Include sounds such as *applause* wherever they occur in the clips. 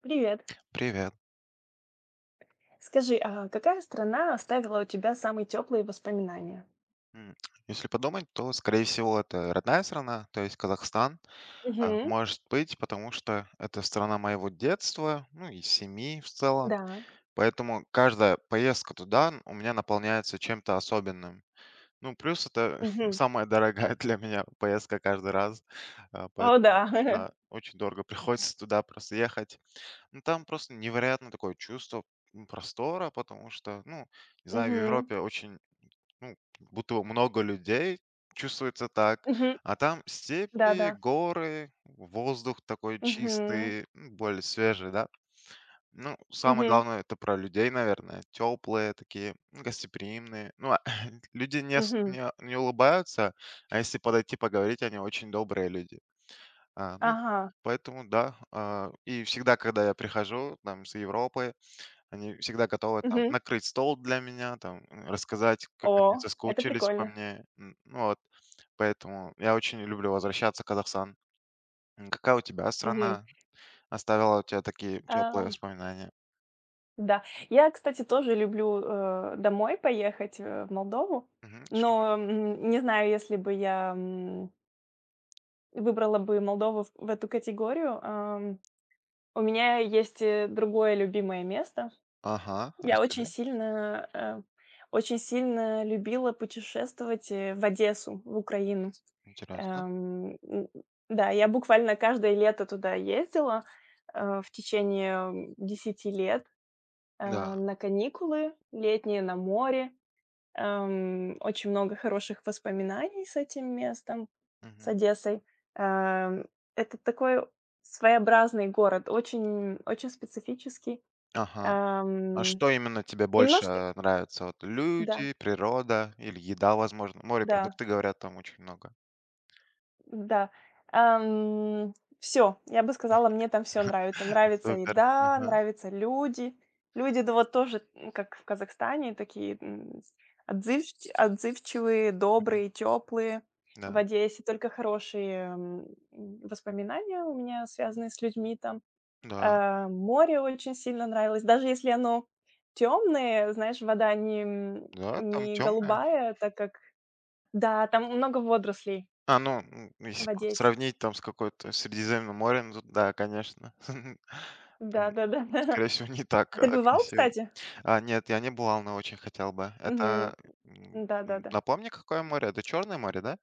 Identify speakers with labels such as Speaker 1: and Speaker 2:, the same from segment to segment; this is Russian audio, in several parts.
Speaker 1: Привет.
Speaker 2: Привет.
Speaker 1: Скажи, а какая страна оставила у тебя самые теплые воспоминания?
Speaker 2: М, Если подумать, то, скорее всего, это родная страна, то есть Казахстан.
Speaker 1: Мгм.
Speaker 2: Может быть, потому что это страна моего детства, ну и семьи в целом.
Speaker 1: Да.
Speaker 2: Поэтому каждая поездка туда у меня наполняется чем-то особенным. Ну, плюс это *laughs*
Speaker 1: Мгм.
Speaker 2: самая дорогая для меня поездка каждый раз.
Speaker 1: О, да.
Speaker 2: Поэтому,
Speaker 1: *laughs*
Speaker 2: да, очень дорого приходится туда просто ехать. Ну, там просто невероятно такое чувство простора, потому что, ну, не знаю, в
Speaker 1: Мгм.
Speaker 2: Европе очень. Ну, будто бы много людей, чувствуется так.
Speaker 1: Мгм.
Speaker 2: А там степи,
Speaker 1: Да-да.
Speaker 2: горы, воздух такой
Speaker 1: Мгм.
Speaker 2: чистый, более свежий, да. Ну, самое
Speaker 1: Мгм.
Speaker 2: главное, это про людей, наверное. Теплые такие, ну, гостеприимные. Ну, а *laughs* люди не,
Speaker 1: Мгм.
Speaker 2: не, не улыбаются, а если подойти поговорить, они очень добрые люди. Ну,
Speaker 1: Ага.
Speaker 2: поэтому, да. И всегда, когда я прихожу там, с Европы, они всегда готовы там
Speaker 1: Мгм.
Speaker 2: накрыть стол для меня, там, рассказать, как они
Speaker 1: О, это
Speaker 2: соскучились по
Speaker 1: прикольно.
Speaker 2: мне. Ну вот, поэтому я очень люблю возвращаться в Казахстан. Какая у тебя
Speaker 1: Мгм.
Speaker 2: страна оставила у тебя такие теплые
Speaker 1: Ам,
Speaker 2: воспоминания?
Speaker 1: да. Я, кстати, тоже люблю, домой поехать, в Молдову,
Speaker 2: Мгм, супер.
Speaker 1: но, не знаю, если бы я, выбрала бы Молдову в эту категорию. Ам У меня есть, другое любимое место.
Speaker 2: Ага,
Speaker 1: Я очень
Speaker 2: расскажи,
Speaker 1: сильно, очень сильно любила путешествовать, в Одессу, в Украину.
Speaker 2: интересно.
Speaker 1: Н да, я буквально каждое лето туда ездила, в течение, 10 лет,
Speaker 2: Да.
Speaker 1: на каникулы летние, на море. Очень много хороших воспоминаний с этим местом, с
Speaker 2: Мгм.
Speaker 1: Одессой. Эм, это такой своеобразный город, очень очень специфический.
Speaker 2: Ага. А
Speaker 1: Эм,
Speaker 2: что именно тебе больше
Speaker 1: Немножко,
Speaker 2: нравится? Вот
Speaker 1: да,
Speaker 2: люди, природа или еда, возможно?
Speaker 1: да.
Speaker 2: Морепродукты, говорят, там очень много.
Speaker 1: Да. Все, я бы сказала, мне там все нравится.
Speaker 2: *laughs*
Speaker 1: Нравится
Speaker 2: Супер.
Speaker 1: еда,
Speaker 2: Ага.
Speaker 1: нравятся люди. Люди, да, вот тоже, как в Казахстане, такие, отзывчивые,
Speaker 2: Мгм.
Speaker 1: добрые, теплые. В
Speaker 2: Да,
Speaker 1: Одессе только хорошие, воспоминания у меня связаны с людьми там.
Speaker 2: да,
Speaker 1: Море очень сильно нравилось, даже если оно темное, знаешь, вода не,
Speaker 2: да, там
Speaker 1: не
Speaker 2: темное.
Speaker 1: голубая, так как — да, там много водорослей
Speaker 2: Ну,
Speaker 1: в
Speaker 2: если п
Speaker 1: Одессе.
Speaker 2: сравнить там с какой-то Средиземным морем, тут да, конечно. *laughs* Там,
Speaker 1: Да-да-да. *laughs*
Speaker 2: скорее всего, не
Speaker 1: А
Speaker 2: так
Speaker 1: ты бывал,
Speaker 2: агрессивно.
Speaker 1: кстати?
Speaker 2: Нет, я не бывал, но очень хотел бы.
Speaker 1: Мгм.
Speaker 2: Это,
Speaker 1: Да-да-да.
Speaker 2: напомни, какое море? Это Черное море, да?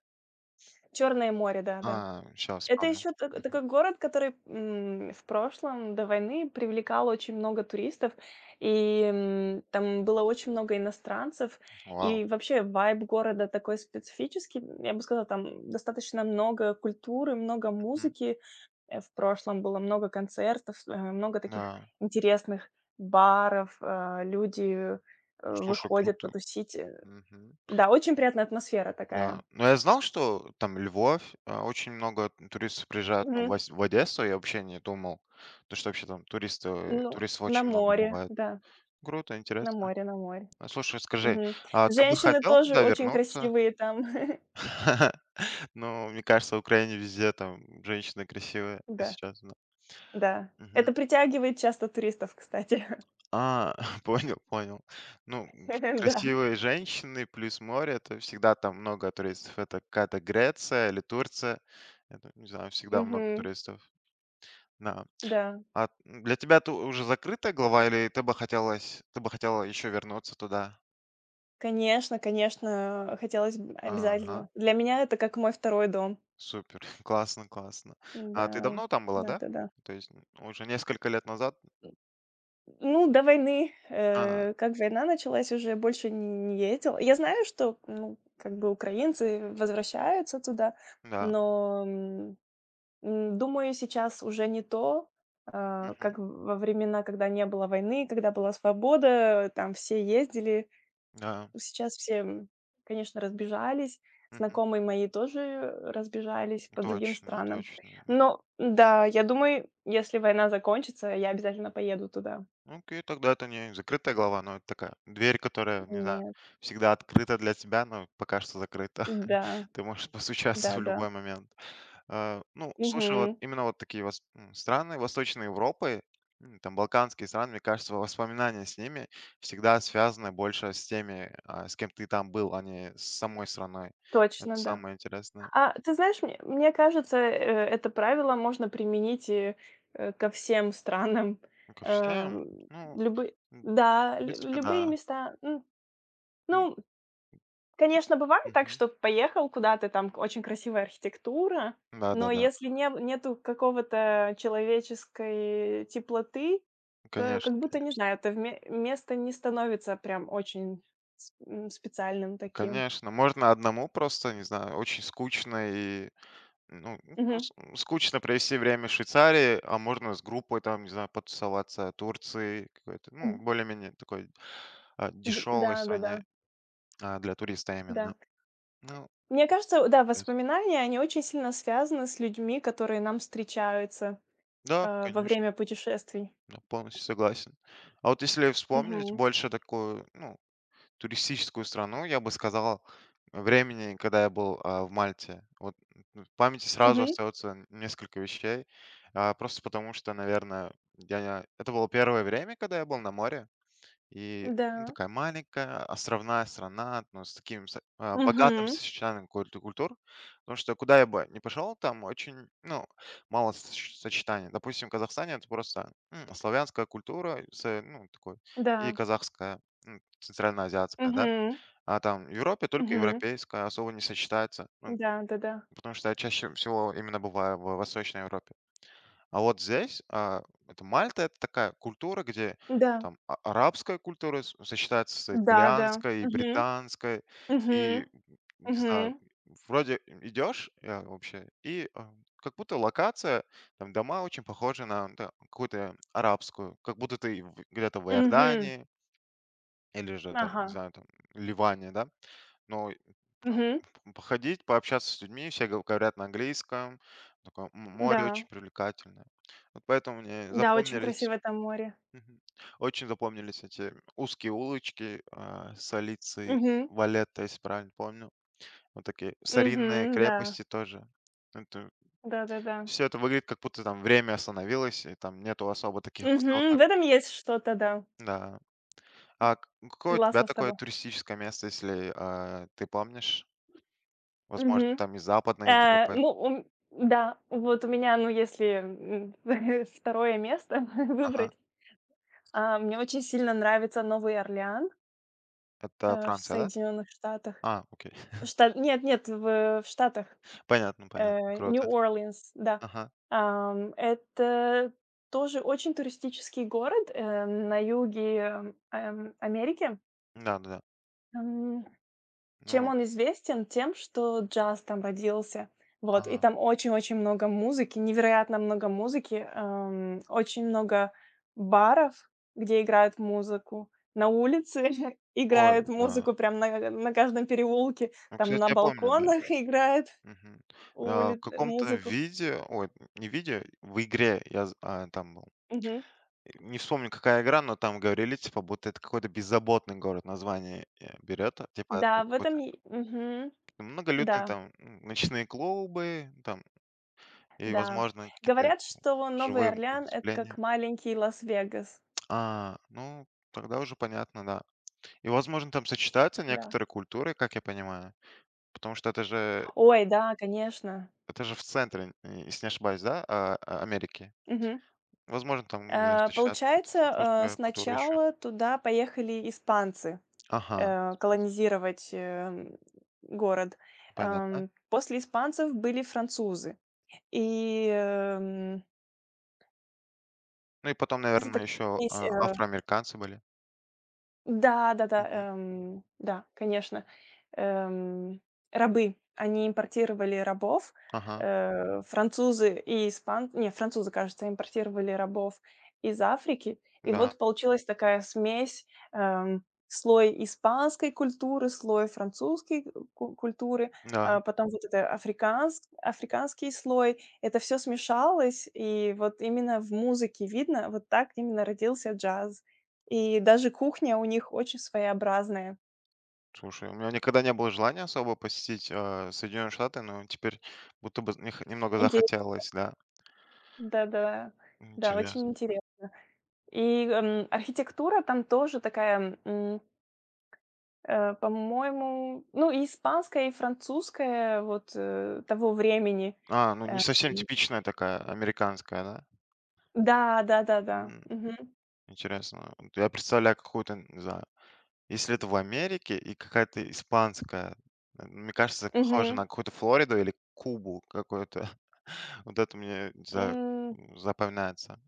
Speaker 1: Черное море, да-да.
Speaker 2: Щас
Speaker 1: Это
Speaker 2: вспомню.
Speaker 1: еще
Speaker 2: Мгм.
Speaker 1: такой город, который, в прошлом, до войны, привлекал очень много туристов, и, там было очень много иностранцев.
Speaker 2: Вау.
Speaker 1: И вообще вайб города такой специфический. Я бы сказала, там достаточно много культуры, много
Speaker 2: Мгм.
Speaker 1: музыки. В прошлом было много концертов, много таких
Speaker 2: Да.
Speaker 1: интересных баров. Люди,
Speaker 2: Ну, слушай,
Speaker 1: выходят
Speaker 2: круто.
Speaker 1: потусить.
Speaker 2: Мгм.
Speaker 1: Да, очень приятная атмосфера
Speaker 2: Да.
Speaker 1: такая.
Speaker 2: Но я знал, что там Львов, очень много туристов приезжают, ну,
Speaker 1: Мгм.
Speaker 2: в Одессу я вообще не думал, то, что вообще там
Speaker 1: Ну,
Speaker 2: туристов
Speaker 1: на
Speaker 2: очень много
Speaker 1: море,
Speaker 2: бывает.
Speaker 1: да,
Speaker 2: Круто,
Speaker 1: на
Speaker 2: интересно.
Speaker 1: море, на море.
Speaker 2: Слушай, скажи,
Speaker 1: Мгм.
Speaker 2: а ты бы
Speaker 1: Женщины
Speaker 2: хотел
Speaker 1: тоже
Speaker 2: туда
Speaker 1: очень
Speaker 2: вернуться?
Speaker 1: красивые там. *laughs*
Speaker 2: *laughs* Ну, мне кажется, в Украине везде там женщины красивые, и
Speaker 1: Да,
Speaker 2: сейчас честно.
Speaker 1: да.
Speaker 2: Мгм.
Speaker 1: Это притягивает часто туристов, кстати.
Speaker 2: А, *laughs* понял, понял. Ну,
Speaker 1: *laughs* Да.
Speaker 2: красивые женщины плюс море — это всегда там много туристов. Это какая-то Греция или Турция. Это, не знаю, всегда много
Speaker 1: Мгм.
Speaker 2: туристов. Да.
Speaker 1: Да.
Speaker 2: А для тебя это уже закрытая глава или ты бы хотела еще вернуться туда?
Speaker 1: Конечно, конечно, хотелось б
Speaker 2: Ага.
Speaker 1: обязательно. Для меня это как мой второй дом.
Speaker 2: Супер, *laughs* классно, классно.
Speaker 1: Да,
Speaker 2: А ты давно там была, да?
Speaker 1: да-да-да.
Speaker 2: То есть н уже несколько лет назад?
Speaker 1: Ну, до войны,
Speaker 2: А,
Speaker 1: как война началась, уже больше не ездила. Я знаю, что, ну, как бы украинцы возвращаются туда,
Speaker 2: да.
Speaker 1: но, думаю, сейчас уже не то,
Speaker 2: Мгм.
Speaker 1: как во времена, когда не было войны, когда была свобода, там все ездили.
Speaker 2: Да.
Speaker 1: Сейчас все, конечно, разбежались.
Speaker 2: Мгм.
Speaker 1: Знакомые мои тоже разбежались по другим
Speaker 2: Точно,
Speaker 1: странам.
Speaker 2: точно.
Speaker 1: Но да, я думаю, если война закончится, я обязательно поеду туда.
Speaker 2: Ну окей, тогда это не закрытая глава, но это такая дверь, которая, не знаю,
Speaker 1: Нет.
Speaker 2: всегда открыта для тебя, но пока что закрыта.
Speaker 1: Да,
Speaker 2: *laughs* Ты можешь постучаться в
Speaker 1: да-да.
Speaker 2: любой момент. Ну, слушай, вот
Speaker 1: Мгм.
Speaker 2: именно вот такие страны Восточной Европы, там балканские страны, мне кажется, воспоминания с ними всегда связаны больше с теми, с кем ты там был, а не с самой страной. Это
Speaker 1: Точно, да.
Speaker 2: самое интересное.
Speaker 1: А ты знаешь, мне кажется, это правило можно применить и, ко всем странам.
Speaker 2: Ну, ко всем,
Speaker 1: Эм,
Speaker 2: ну,
Speaker 1: любы
Speaker 2: м,
Speaker 1: да,
Speaker 2: в
Speaker 1: лю
Speaker 2: принципе,
Speaker 1: любые
Speaker 2: да.
Speaker 1: места.
Speaker 2: М,
Speaker 1: Ну, конечно, бывает так,
Speaker 2: Мгм.
Speaker 1: что поехал куда-то, там к очень красивая архитектура,
Speaker 2: Да, да,
Speaker 1: но
Speaker 2: да.
Speaker 1: если не нету какого-то человеческой теплоты, то
Speaker 2: Конечно,
Speaker 1: как будто, не знаю, это вме место не становится прям очень специальным таким.
Speaker 2: конечно. Можно одному просто, не знаю, очень скучно и. Ну,
Speaker 1: Мгм.
Speaker 2: просто, скучно провести время в Швейцарии, а можно с группой там, не знаю, потусоваться Турции, какой-то, ну, более-менее такой,
Speaker 1: Д д
Speaker 2: дешевой
Speaker 1: Да-да-да, да. Да,
Speaker 2: стране, для туриста именно.
Speaker 1: да.
Speaker 2: Ну,
Speaker 1: Мне кажется, да,
Speaker 2: то есть
Speaker 1: воспоминания, они очень сильно связаны с людьми, которые нам встречаются,
Speaker 2: да,
Speaker 1: во
Speaker 2: конечно,
Speaker 1: время путешествий.
Speaker 2: я полностью согласен. А вот если вспомнить
Speaker 1: Мгм.
Speaker 2: больше такую, ну, туристическую страну, я бы сказал, времени, когда я был, в Мальте. Вот, в памяти сразу
Speaker 1: Мгм.
Speaker 2: остается несколько вещей, просто потому что, наверное, это было первое время, когда я был на море. И, ну,
Speaker 1: Да.
Speaker 2: такая маленькая островная страна, но с таким богатым
Speaker 1: Мгм.
Speaker 2: сочетанием культур. Потому что куда я бы не пошел, там очень, ну, мало сочетаний. Допустим, в Казахстане это просто, славянская культура с, ну, такой и
Speaker 1: Да.
Speaker 2: казахская, центральноазиатская, да.
Speaker 1: Мгм.
Speaker 2: А там в Европе только
Speaker 1: Мгм.
Speaker 2: европейская особо не сочетается, ну,
Speaker 1: Да-да-да.
Speaker 2: потому что я чаще всего именно бываю в Восточной Европе. А вот здесь, это Мальта — это такая культура, где
Speaker 1: Да.
Speaker 2: там арабская культура с сочетается с
Speaker 1: Да-да.
Speaker 2: итальянской и
Speaker 1: Мгм.
Speaker 2: британской,
Speaker 1: Мгм.
Speaker 2: и, не знаю,
Speaker 1: Мгм.
Speaker 2: вроде идешь, вообще, и, как будто локация, там дома очень похожи на, да, какую-то арабскую, как будто ты в где-то в
Speaker 1: Мгм.
Speaker 2: Иордании или же там,
Speaker 1: Ага.
Speaker 2: не знаю, там Ливане, да. Но прям
Speaker 1: Мгм.
Speaker 2: походить, пообщаться с людьми, все го говорят на английском. Такое море
Speaker 1: Да.
Speaker 2: очень привлекательное. Вот поэтому мне
Speaker 1: Да, очень красивое там море.
Speaker 2: мгм, очень запомнились эти узкие улочки, Солицы,
Speaker 1: Угу,
Speaker 2: Валетта, если правильно помню. Вот такие старинные
Speaker 1: угу. Да.
Speaker 2: крепости тоже. Это
Speaker 1: Да-да-да.
Speaker 2: всё это выглядит, как будто там время остановилось, и там нету особо таких
Speaker 1: Мгм.
Speaker 2: высоток.
Speaker 1: В этом есть что-то, да.
Speaker 2: Да. А к какое у тебя
Speaker 1: Согласна с
Speaker 2: такое
Speaker 1: тобой.
Speaker 2: туристическое место, если, ты помнишь? Возможно,
Speaker 1: Мгм.
Speaker 2: там из Западной Европы?
Speaker 1: Ну, ум да, вот у меня, ну, если, *laughs* 2-е место *laughs*
Speaker 2: Ага.
Speaker 1: выбрать, мне очень сильно нравится Новый Орлеан,
Speaker 2: Это
Speaker 1: в
Speaker 2: Франция, да?
Speaker 1: Соединенных Штатах.
Speaker 2: Окей. *laughs*
Speaker 1: Шта нет, нет, в Штатах,
Speaker 2: Понятно, понятно. Круто.
Speaker 1: Нью-Орлеанс, да.
Speaker 2: Ага.
Speaker 1: Это тоже очень туристический город, на юге, Америки.
Speaker 2: Да-да-да.
Speaker 1: Ам Чем
Speaker 2: Ну,
Speaker 1: он известен? Тем, что джаз там родился. Вот, и
Speaker 2: ага.
Speaker 1: там очень-очень много музыки, невероятно много музыки, очень много баров, где играют музыку, на улице *laughs*
Speaker 2: Ой,
Speaker 1: играют
Speaker 2: да.
Speaker 1: музыку прям на каждом переулке,
Speaker 2: Ну,
Speaker 1: там на
Speaker 2: кстати, я помню, да.
Speaker 1: балконах *laughs* играют
Speaker 2: Мгм. В
Speaker 1: ули
Speaker 2: каком-то
Speaker 1: музыку.
Speaker 2: виде, ой, не виде, в игре я там был.
Speaker 1: Мгм.
Speaker 2: Не вспомню, какая игра, но там говорили, типа, будто это какой-то беззаботный город, название, берет. Типа, это
Speaker 1: Да. в этом
Speaker 2: какой-то
Speaker 1: е Мгм.
Speaker 2: многолюдный
Speaker 1: Да,
Speaker 2: там, ночные клубы, там, и,
Speaker 1: да.
Speaker 2: возможно, какие-то
Speaker 1: Говорят, что Новый
Speaker 2: живые
Speaker 1: Орлеан- это
Speaker 2: выступления.
Speaker 1: как маленький Лас-Вегас.
Speaker 2: Ну, тогда уже понятно, да. И, возможно, там сочетаются
Speaker 1: Да.
Speaker 2: некоторые культуры, как я понимаю, потому что это же
Speaker 1: Ой, да, конечно.
Speaker 2: это же в центре, н если не ошибаюсь, да, Америки?
Speaker 1: Мгм.
Speaker 2: Возможно, там, не знаю, сочетается какая-то
Speaker 1: Получается,
Speaker 2: французская культура еще.
Speaker 1: сначала туда поехали испанцы,
Speaker 2: Ага, испанская.
Speaker 1: колонизировать, город.
Speaker 2: Понятно.
Speaker 1: После испанцев были французы. И,
Speaker 2: Ну и потом,
Speaker 1: это
Speaker 2: наверное,
Speaker 1: так
Speaker 2: еще,
Speaker 1: есть,
Speaker 2: афроамериканцы были.
Speaker 1: да, да-да,
Speaker 2: Мгм.
Speaker 1: да, конечно. Эм, Рабы. Они импортировали рабов.
Speaker 2: Ага.
Speaker 1: Французы и испан не, французы, кажется, импортировали рабов из Африки. И
Speaker 2: Да,
Speaker 1: вот получилась такая смесь, слой испанской культуры, слой французской, э, ку культуры,
Speaker 2: да.
Speaker 1: а потом вот это африканский слой. Это все смешалось, и вот именно в музыке видно, вот так именно родился джаз. И даже кухня у них очень своеобразная.
Speaker 2: Слушай, у меня никогда не было желания особо посетить, Соединенные Штаты, но теперь будто бы нех немного
Speaker 1: Интересно.
Speaker 2: захотелось, да.
Speaker 1: Да-да, да,
Speaker 2: Интересно.
Speaker 1: очень интересно. И, архитектура там тоже такая, по-моему, ну, и испанская, и французская вот, того времени.
Speaker 2: Ну не
Speaker 1: Эм,
Speaker 2: совсем типичная такая американская, да?
Speaker 1: да, да-да-да. Мгм.
Speaker 2: Интересно. Вот я представляю какую-то, не знаю, если это в Америке и какая-то испанская, мне кажется, похоже
Speaker 1: Мгм.
Speaker 2: на какую-то Флориду или Кубу какую-то. *laughs* Вот это мне, не знаю,
Speaker 1: М,
Speaker 2: запоминается.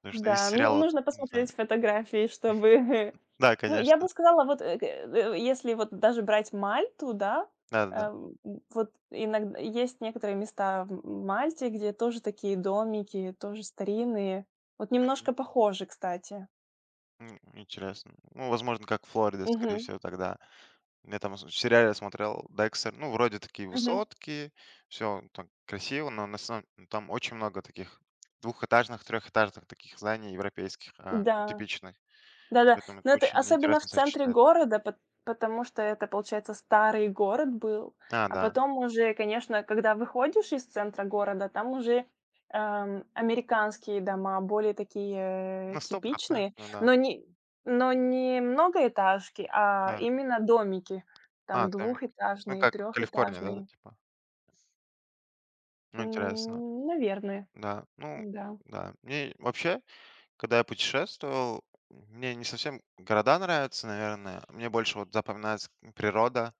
Speaker 2: Потому что из
Speaker 1: Да, ну,
Speaker 2: сериала,
Speaker 1: нужно
Speaker 2: не знаю.
Speaker 1: посмотреть фотографии, чтобы
Speaker 2: Да,
Speaker 1: *laughs* Ну, я бы
Speaker 2: конечно.
Speaker 1: сказала, вот, если вот даже брать Мальту, да,
Speaker 2: Да-да-да.
Speaker 1: эм, вот иногда есть некоторые места в Мальте, где тоже такие домики, тоже старинные. Вот
Speaker 2: Мгм.
Speaker 1: немножко похожи, кстати.
Speaker 2: Интересно. Ну, возможно, как Флорида, скорее
Speaker 1: Мгм,
Speaker 2: всего, тогда. Я там с в сериале смотрел "Декстер". Ну, вроде такие
Speaker 1: мгм.
Speaker 2: высотки, все так красиво, но на самом там очень много таких двухэтажных, трехэтажных таких зданий европейских, ну,
Speaker 1: Да.
Speaker 2: типичных.
Speaker 1: Да-да,
Speaker 2: Поэтому
Speaker 1: но
Speaker 2: это
Speaker 1: это
Speaker 2: очень
Speaker 1: особенно в
Speaker 2: интересно
Speaker 1: центре
Speaker 2: сочетается.
Speaker 1: города, потому что это, получается, старый город был. А
Speaker 2: Да.
Speaker 1: потом уже, конечно, когда выходишь из центра города, там уже, американские дома, более такие
Speaker 2: Ну,
Speaker 1: типичные,
Speaker 2: стопроцентно, да.
Speaker 1: но не но не многоэтажки, а
Speaker 2: Да.
Speaker 1: именно домики, там
Speaker 2: Домик. Ну,
Speaker 1: двухэтажные,
Speaker 2: как Калифорния, да, да,
Speaker 1: трехэтажные.
Speaker 2: типа? Ну, интересно.
Speaker 1: Наверное,
Speaker 2: Да. Ну
Speaker 1: да.
Speaker 2: да. Мне вообще, когда я путешествовал, мне не совсем города нравятся, наверное. Мне больше вот запоминается природа.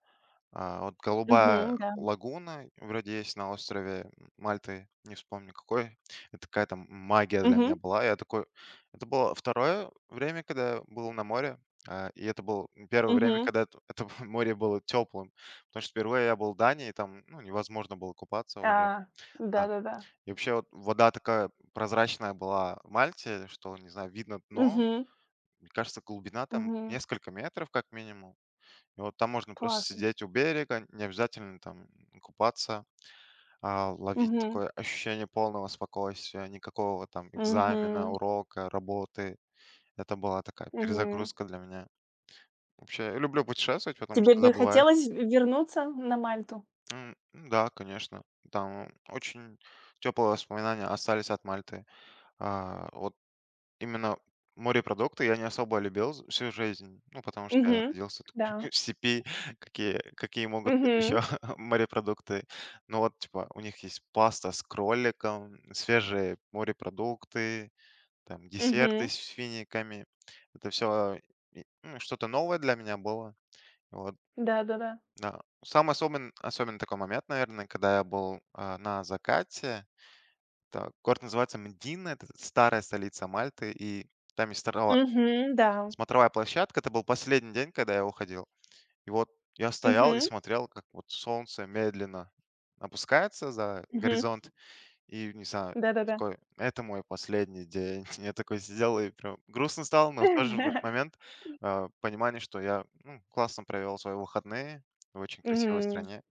Speaker 2: Вот голубая
Speaker 1: Мгм, да.
Speaker 2: лагуна вроде есть на острове Мальты, не вспомню какой. Это какая-то магия для меня
Speaker 1: Мгм,
Speaker 2: была. Я такой... Это было второе время, когда я был на море. И это было первое время,
Speaker 1: мгм.
Speaker 2: когда это, *laughs* это море было теплым. Потому что впервые я был в Дании, и там ну, невозможно было купаться уже.
Speaker 1: А,
Speaker 2: Да.
Speaker 1: Да-да-да.
Speaker 2: И вообще вот вода такая прозрачная была в Мальте, что, не знаю, видно дно.
Speaker 1: Мгм,
Speaker 2: Мне кажется, глубина там
Speaker 1: мгм.
Speaker 2: несколько метров как минимум. И вот там можно просто
Speaker 1: Классно.
Speaker 2: сидеть у берега, не обязательно там купаться, а ловить
Speaker 1: Мгм.
Speaker 2: такое ощущение полного спокойствия, никакого там экзамена,
Speaker 1: Мгм.
Speaker 2: урока, работы. Это была такая
Speaker 1: Мгм.
Speaker 2: перезагрузка для меня. Вообще, я люблю путешествовать, потому
Speaker 1: Тебе
Speaker 2: что
Speaker 1: бы
Speaker 2: забываешь.
Speaker 1: хотелось в вернуться на Мальту?
Speaker 2: Да, конечно. Там очень теплые воспоминания остались от Мальты. Вот именно морепродукты я не особо любил з всю жизнь, ну, потому что я
Speaker 1: Мгм.
Speaker 2: родился тут
Speaker 1: Да.
Speaker 2: *laughs* в степи, какие могут быть
Speaker 1: Мгм.
Speaker 2: еще *laughs* морепродукты. Но вот, типа, у них есть паста с кроликом, свежие морепродукты, там десерты
Speaker 1: Мгм.
Speaker 2: с финиками. Это все что-то новое для меня было. Вот,
Speaker 1: Да-да-да.
Speaker 2: да. Самый особенный такой момент, наверное, когда я был, на закате. Так, город называется Мдина, это старая столица Мальты, и там есть старова
Speaker 1: Мгм. Да.
Speaker 2: смотровая площадка — это был последний день, когда я уходил. И вот я стоял и
Speaker 1: Мгм.
Speaker 2: смотрел, как вот солнце медленно опускается за
Speaker 1: Мгм.
Speaker 2: горизонт. И, не знаю,
Speaker 1: Да-да-да.
Speaker 2: такой: "Это мой последний день". *laughs* Я такой сидел и прям грустно стал, но в тот же в
Speaker 1: *laughs*
Speaker 2: момент, понимание, что я, ну, классно провел свои выходные в очень красивой
Speaker 1: Мгм.
Speaker 2: стране.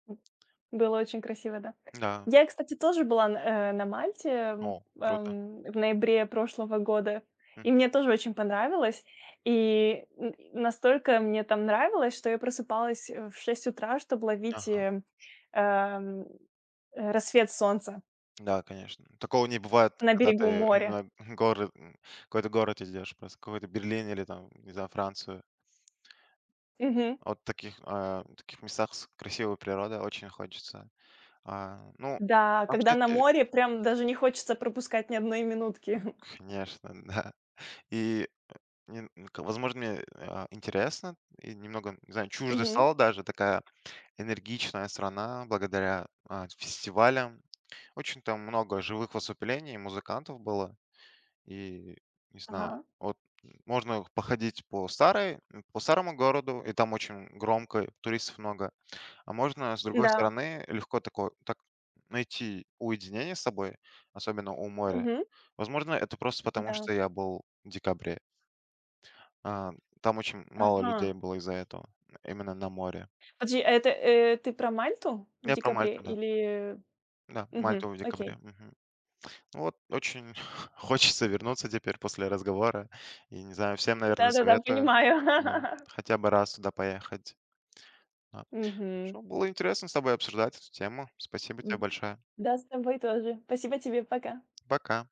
Speaker 1: Было очень красиво, да.
Speaker 2: Да.
Speaker 1: Я, кстати, тоже была на Мальте,
Speaker 2: О, круто.
Speaker 1: в ноябре прошлого года, и
Speaker 2: Мгм.
Speaker 1: мне тоже очень понравилось. И н настолько мне там нравилось, что я просыпалась, в 6 утра, чтобы ловить,
Speaker 2: Ага.
Speaker 1: эм, рассвет солнца
Speaker 2: Да, конечно. Такого не бывает,
Speaker 1: на
Speaker 2: когда
Speaker 1: берегу
Speaker 2: ты
Speaker 1: моря.
Speaker 2: именно *laughs* город, м, какой-то город идешь, просто какой-то Берлин или там, не знаю, Францию.
Speaker 1: Мгм.
Speaker 2: А вот таких местах с красивой природой очень хочется. Ну,
Speaker 1: Да,
Speaker 2: там,
Speaker 1: когда на
Speaker 2: кстати,
Speaker 1: море, прям даже не хочется пропускать ни одной минутки. *laughs*
Speaker 2: конечно, *laughs* да. И, не ну, к возможно, мне, интересно и немного, не знаю, чуждо
Speaker 1: Мгм.
Speaker 2: стала даже такая энергичная страна благодаря, фестивалям. Очень там много живых выступлений, музыкантов было. И, не знаю,
Speaker 1: Ага.
Speaker 2: вот можно походить по старому городу, и там очень громко, туристов много. А можно, с другой
Speaker 1: Да.
Speaker 2: стороны, легко так найти уединение с собой, особенно у моря.
Speaker 1: Мгм.
Speaker 2: Возможно, это просто потому,
Speaker 1: Да.
Speaker 2: что я был в декабре. А, там очень мало
Speaker 1: Ага.
Speaker 2: людей было из-за этого, именно на море.
Speaker 1: Подожди, а это, ты про Мальту в
Speaker 2: Я про
Speaker 1: декабре
Speaker 2: Мальту, да.
Speaker 1: или —
Speaker 2: Да,
Speaker 1: Мгм,
Speaker 2: Мальту в декабре.
Speaker 1: окей.
Speaker 2: Мгм. Ну вот очень *laughs* хочется вернуться теперь после разговора. И не знаю, всем, наверное,
Speaker 1: Да-да-да,
Speaker 2: советую,
Speaker 1: понимаю.
Speaker 2: да,
Speaker 1: *laughs*
Speaker 2: хотя бы раз туда поехать. Да.
Speaker 1: Мгм.
Speaker 2: Что, было интересно с тобой обсуждать эту тему. Спасибо
Speaker 1: М,
Speaker 2: тебе большое.
Speaker 1: да, с тобой тоже. Спасибо тебе, пока.
Speaker 2: Пока.